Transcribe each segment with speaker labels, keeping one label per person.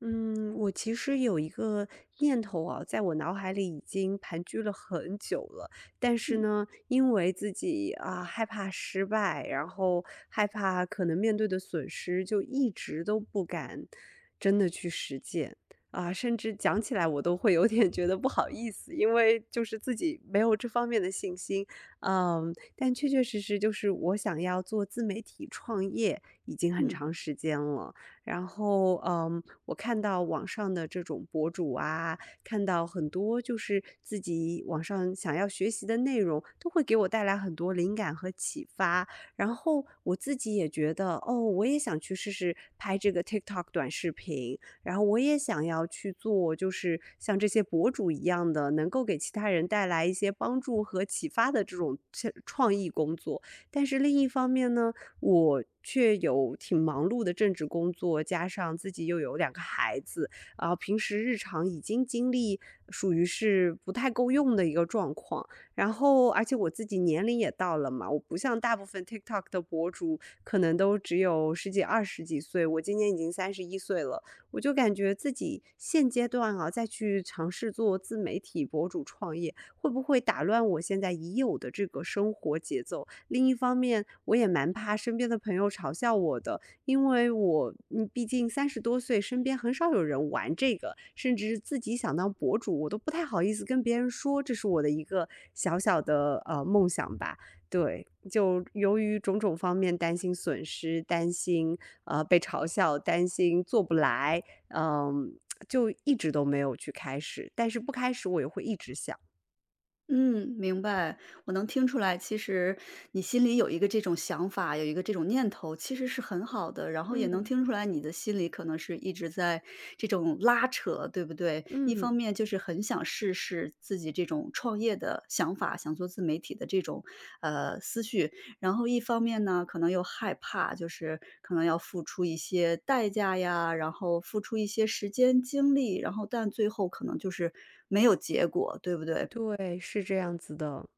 Speaker 1: 嗯，我其实有一个念头啊，在我脑海里已经盘踞了很久了。但是
Speaker 2: 嗯
Speaker 1: 呢，因为自己啊害怕失败，然后害怕可能面对的损失，就一直都不敢真的去实践啊。甚至讲起来，我都会有点觉得不好意思，因为就是自己没有这方面的信心。嗯，但确确实实就是我想要做自媒体创业已经很
Speaker 2: 嗯。
Speaker 1: 长时间了。然后，我看到网上的这种博主啊，看到很多就是自己网上想要学习的内容，都会给我带来很多灵感和启发。然后我自己也觉得，哦，我也想去试试拍这个 TikTok 短视频，然后我也想要去做，就是像这些博主一样的，能够给其他人带来一些帮助和启发的这种切创意工作。但是另一方面呢，我却有挺忙碌的政治工作，加上自己又有两个孩子，啊，平时日常已经经历属于是不太够用的一个状况。然后，而且我自己年龄也到了嘛，我不像大部分 TikTok 的博主，可能都只有十几、20几岁，我今年已经31岁了，我就感觉自己现阶段啊，再去尝试做自媒体博主创业，会不会打乱我现在已有的这个生活节奏？另一方面，我也蛮怕身边的朋友嘲笑我的，因为我，毕竟30多岁，身边很少有人玩这个，甚至自己想当博主，我都不太好意思跟别人说，这是我的一个小小的梦想吧。对，就由于种种方面担心损失，担心被嘲笑，担心做不来，嗯、就一直都没有去开始。但是不开始，我也会一直想。
Speaker 2: 嗯，明白，我能听出来，其实你心里有一个这种想法，有一个这种念头，其实是很好的。然后也能
Speaker 1: 嗯
Speaker 2: 听出来，你的心里可能是一直在这种拉扯，对不对？一方
Speaker 1: 嗯，
Speaker 2: 面就是很想试试自己这种创业的想法，想做自媒体的这种思绪，然后一方面呢，可能又害怕，就是可能要付出一些代价呀，然后付出一些时间精力，然后但最后可能就是没有结果，对不对？
Speaker 1: 对，是这样子的。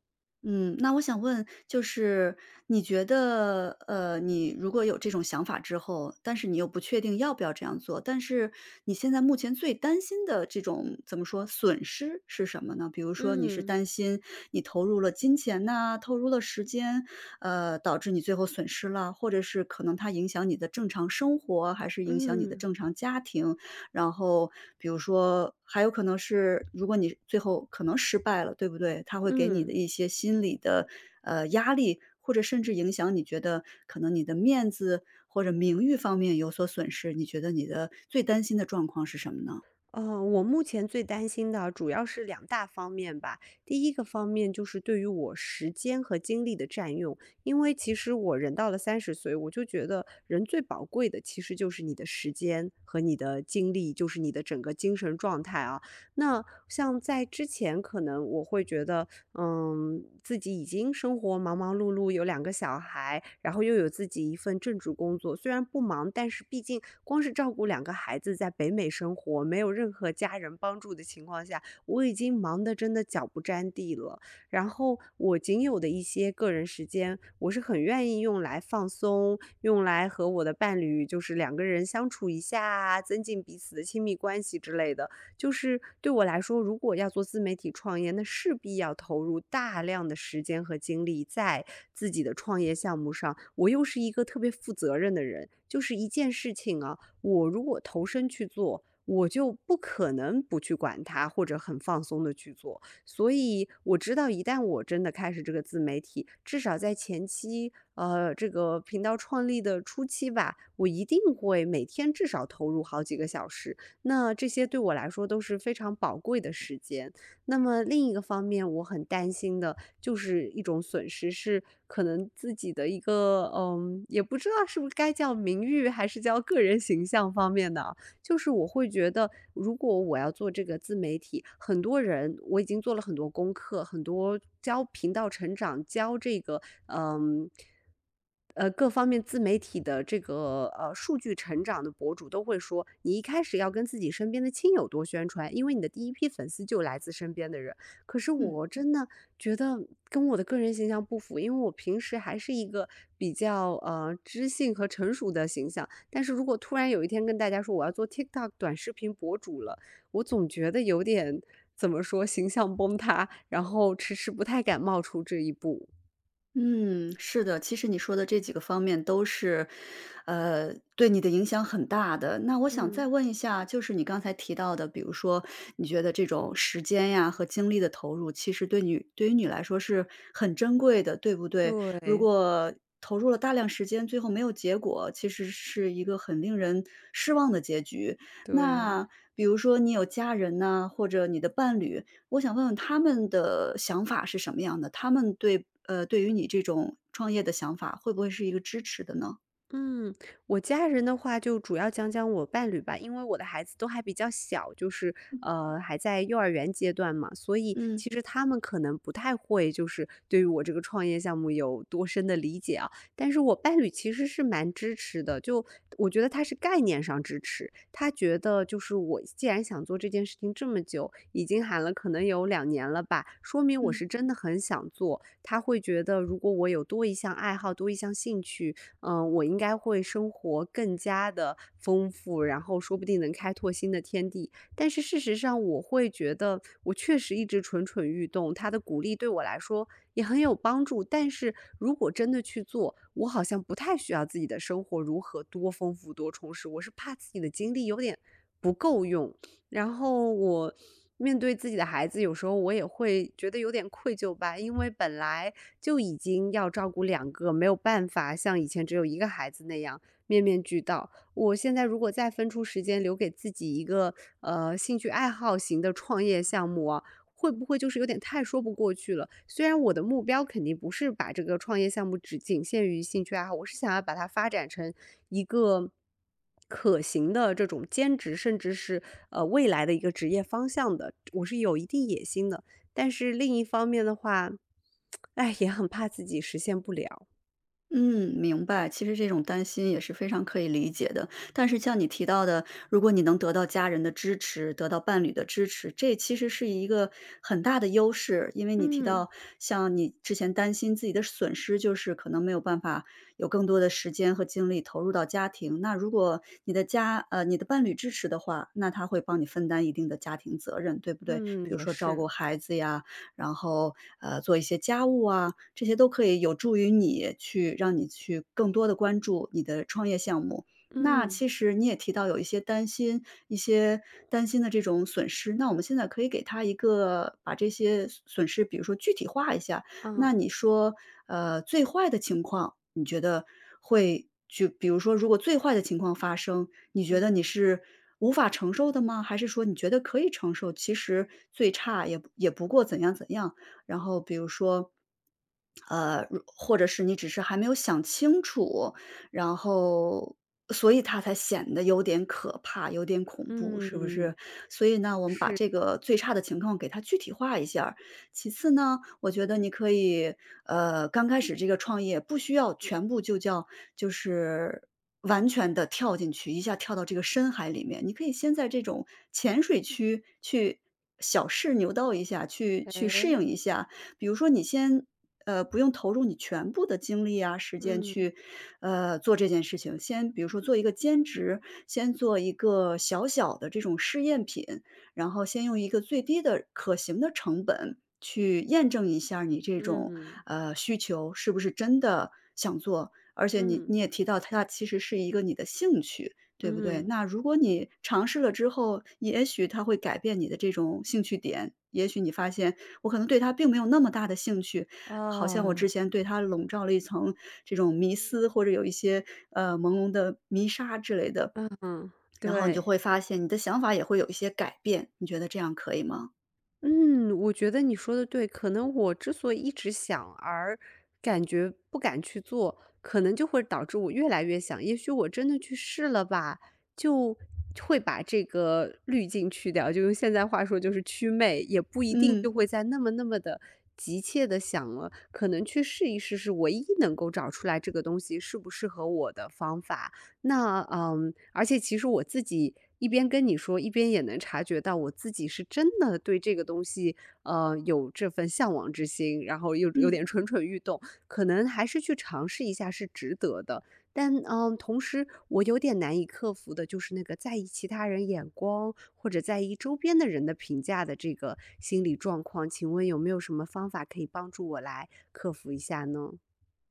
Speaker 2: 嗯，那我想问，就是你觉得，你如果有这种想法之后，但是你又不确定要不要这样做，但是你现在目前最担心的这种怎么说损失是什么呢？比如说，你是
Speaker 1: 嗯
Speaker 2: 担心你投入了金钱呐、投入了时间，导致你最后损失了，或者是可能它影响你的正常生活，还是影响你的
Speaker 1: 嗯
Speaker 2: 正常家庭？然后比如说还有可能是如果你最后可能失败了，对不对？他会给你的
Speaker 1: 嗯，
Speaker 2: 一些心理的，压力，或者甚至影响你觉得可能你的面子或者名誉方面有所损失，你觉得你的最担心的状况是什么呢？
Speaker 1: 我目前最担心的主要是两大方面吧。第一个方面就是对于我时间和精力的占用，因为其实我人到了30岁，我就觉得人最宝贵的其实就是你的时间和你的精力，就是你的整个精神状态啊。那像在之前，可能我会觉得自己已经生活忙忙碌碌，有两个小孩，然后又有自己一份正职工作，虽然不忙，但是毕竟光是照顾两个孩子在北美生活，没有任何家人帮助的情况下，我已经忙得真的脚不沾地了。然后我仅有的一些个人时间，我是很愿意用来放松，用来和我的伴侣就是两个人相处一下啊增进彼此的亲密关系之类的。就是对我来说，如果要做自媒体创业，那势必要投入大量的时间和精力在自己的创业项目上。我又是一个特别负责任的人，就是一件事情啊，我如果投身去做。我就不可能不去管它，或者很放松的去做。所以我知道，一旦我真的开始这个自媒体，至少在前期，这个频道创立的初期吧，我一定会每天至少投入好几个小时。那这些对我来说都是非常宝贵的时间。那么另一个方面，我很担心的就是一种损失，是可能自己的一个，也不知道是不是该叫名誉，还是叫个人形象方面的啊就是我会觉得，如果我要做这个自媒体，很多人我已经做了很多功课，很多教频道成长，教这个，嗯，各方面自媒体的这个数据成长的博主都会说，你一开始要跟自己身边的亲友多宣传，因为你的第一批粉丝就来自身边的人。可是
Speaker 2: 嗯。
Speaker 1: 我真的觉得跟我的个人形象不符，因为我平时还是一个比较知性和成熟的形象。但是如果突然有一天跟大家说我要做 TikTok 短视频博主了，我总觉得有点怎么说形象崩塌，然后迟迟不太敢冒出这一步。
Speaker 2: 嗯，是的，其实你说的这几个方面都是，呃，对你的影响很大的。那我想再
Speaker 1: 嗯。
Speaker 2: 问一下，就是你刚才提到的，比如说你觉得这种时间呀和精力的投入，其实对于你来说是很珍贵的，对不对？如
Speaker 1: 对
Speaker 2: 果投入了大量时间，最后没有结果，其实是一个很令人失望的结局。
Speaker 1: 对。
Speaker 2: 那比如说你有家人呐、或者你的伴侣，我想问问他们的想法是什么样的？他们对对于你这种创业的想法，会不会是一个支持的呢？
Speaker 1: 嗯，我家人的话就主要讲讲我伴侣吧，因为我的孩子都还比较小，就是还在幼儿园阶段嘛，所以
Speaker 2: 嗯，
Speaker 1: 其实他们可能不太会，就是对于我这个创业项目有多深的理解啊。但是我伴侣其实是蛮支持的，就我觉得他是概念上支持，他觉得就是我既然想做这件事情这么久，已经喊了可能有2年了吧，说明我
Speaker 2: 嗯。
Speaker 1: 是真的很想做。他会觉得如果我有多一项爱好，多一项兴趣。嗯，我应该会生活更加的丰富，然后说不定能开拓新的天地。但是事实上我会觉得我确实一直蠢蠢欲动，他的鼓励对我来说也很有帮助，但是如果真的去做，我好像不太需要自己的生活如何多丰富多充实，我是怕自己的精力有点不够用。然后我面对自己的孩子，有时候我也会觉得有点愧疚吧，因为本来就已经要照顾两个，没有办法像以前只有一个孩子那样面面俱到。我现在如果再分出时间留给自己一个兴趣爱好型的创业项目啊，会不会就是有点太说不过去了？虽然我的目标肯定不是把这个创业项目只仅限于兴趣爱好，我是想要把它发展成一个可行的这种兼职，甚至是未来的一个职业方向的，我是有一定野心的。但是另一方面的话，哎，也很怕自己实现不了。
Speaker 2: 嗯，明白。其实这种担心也是非常可以理解的。但是像你提到的，如果你能得到家人的支持，得到伴侣的支持，这其实是一个很大的优势。因为你提
Speaker 1: 嗯
Speaker 2: 到，像你之前担心自己的损失，就是可能没有办法有更多的时间和精力投入到家庭。那如果你的伴侣支持的话，那他会帮你分担一定的家庭责任，对不对？
Speaker 1: 嗯，
Speaker 2: 比如
Speaker 1: 也
Speaker 2: 说照
Speaker 1: 是，
Speaker 2: 顾孩子呀，然后做一些家务啊，这些都可以有助于让你去更多的关注你的创业项目。那
Speaker 1: 嗯
Speaker 2: 其实你也提到有一些担心一些担心的这种损失，那我们现在可以给他一个把这些损失，比如说具体化一下。
Speaker 1: 啊
Speaker 2: 那你说，最坏的情况，你觉得比如说如果最坏的情况发生，你觉得你
Speaker 1: 嗯
Speaker 2: 是无法承受的吗？还是说你觉得可以承受，其实最差也不过怎样怎样？然后比如说，或者是你只是还没有想清楚，然后所以它才显得有点可怕，有点恐怖，是不
Speaker 1: 嗯
Speaker 2: 是？所以呢，我们把
Speaker 1: 是，
Speaker 2: 这个最差的情况给它具体化一下儿。其次呢，我觉得你可以，刚开始这个创业不需要全部就叫就是完全的跳进去，一下跳到这个深海里面。你可以先在这种浅水区去小试牛刀一下，去适应
Speaker 1: 哎
Speaker 2: 一下。比如说你先，不用投入你全部的精力啊、时间
Speaker 1: 嗯
Speaker 2: 去，做这件事情。先比如说做一个兼职，先做一个小小的这种试验品，然后先用一个最低的可行的成本，去验证一下儿你这
Speaker 1: 嗯
Speaker 2: 种，
Speaker 1: 嗯
Speaker 2: 需求是不是真的想做。而且你
Speaker 1: 嗯。
Speaker 2: 你也提到它其实是一个你的兴趣，对不对？
Speaker 1: 嗯
Speaker 2: 那如果你尝试了之后，也许它会改变你的这种兴趣点，也许你发现我可能对它并没有那么大的兴趣，好像我
Speaker 1: 哦，
Speaker 2: 之前对它笼罩了一层这种迷思，或者有一些，朦胧的迷沙之类的，
Speaker 1: 嗯，
Speaker 2: 然后你就
Speaker 1: 对，
Speaker 2: 会发现你的想法也会有一些改变，你觉得这样可以吗？
Speaker 1: 嗯，我觉得你说的对，可能我之所以一直想而感觉不敢去做，可能就会导致我越来越想，也许我真的去试了吧，就会把这个滤镜去掉，就用现在话说就是祛魅，也不一定就
Speaker 2: 嗯，
Speaker 1: 会再那么那么的急切的想了，可能去试一试是唯一能够找出来这个东西适不适合我的方法。那嗯，而且其实我自己一边跟你说，一边也能察觉到我自己是真的对这个东西，有这份向往之心，然后又有
Speaker 2: 嗯。
Speaker 1: 点蠢蠢欲动，可能还是去尝试一下是值得的。但嗯，同时我有点难以克服的就是那个在意其他人眼光或者在意周边的人的评价的这个心理状况，请问有没有什么方法可以帮助我来克服一下呢？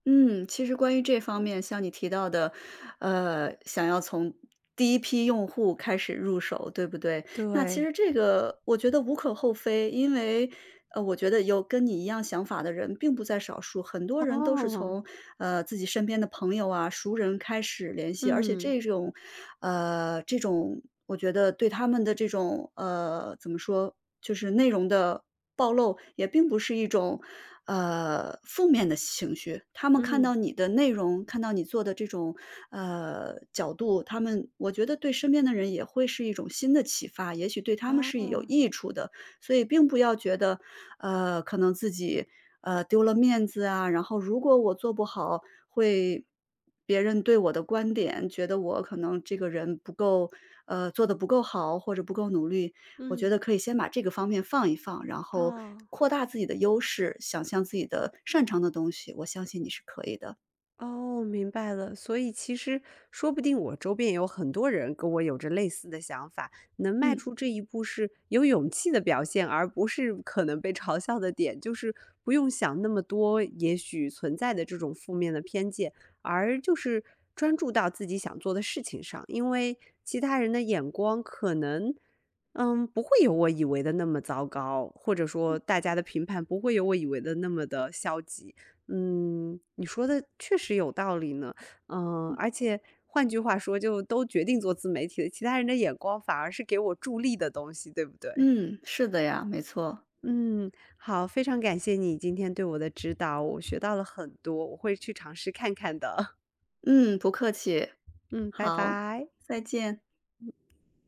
Speaker 2: 嗯，其实关于这方面，像你提到的，想要从第一批用户开始入手，对不对？那其
Speaker 1: 对。
Speaker 2: 实这个我觉得无可厚非，因为我觉得有跟你一样想法的人并不在少数，很多人都是
Speaker 1: 哦，
Speaker 2: 从，自己身边的朋友啊、熟人开始联系，而且
Speaker 1: 嗯
Speaker 2: 这种，我觉得对他们的这种，怎么说，就是内容的暴露，也并不是一种，负面的情绪。他们看
Speaker 1: 嗯。
Speaker 2: 到你的内容，看到你做的这种，角度，他们我觉得对身边的人也会是一种新的启发，也许对他们是有
Speaker 1: 哦，
Speaker 2: 益处的。所以并不要觉得，可能自己，丢了面子啊，然后如果我做不好，会别人对我的观点，觉得我可能这个人不够做的不够好，或者不够努力。我觉
Speaker 1: 嗯，
Speaker 2: 得可以先把这个方面放一放，然后
Speaker 1: 哦，
Speaker 2: 扩大自己的优势，想象自己的擅长的东西，我相信你是可以的。
Speaker 1: 哦，明白了。所以其实说不定我周边有很多人跟我有着类似的想法，能迈
Speaker 2: 嗯，
Speaker 1: 出这一步是有勇气的表现，而不是可能被嘲笑的点，就是不用想那么多，也许存在的这种负面的偏见，而就是专注到自己想做的事情上，因为其他人的眼光可能。嗯，不会有我以为的那么糟糕，或者说大家的评判不会有我以为的那么的消极。嗯，你说的确实有道理呢。嗯，而且换句话说，就都决定做自媒体了，其他人的眼光反而是给我助力的东西，对不对？
Speaker 2: 嗯，是的呀，没错。
Speaker 1: 嗯，好，非常感谢你今天对我的指导，我学到了很多，我会去尝试看看的。
Speaker 2: 嗯，不客气，
Speaker 1: 嗯，拜
Speaker 2: 好，
Speaker 1: 拜。
Speaker 2: 再见。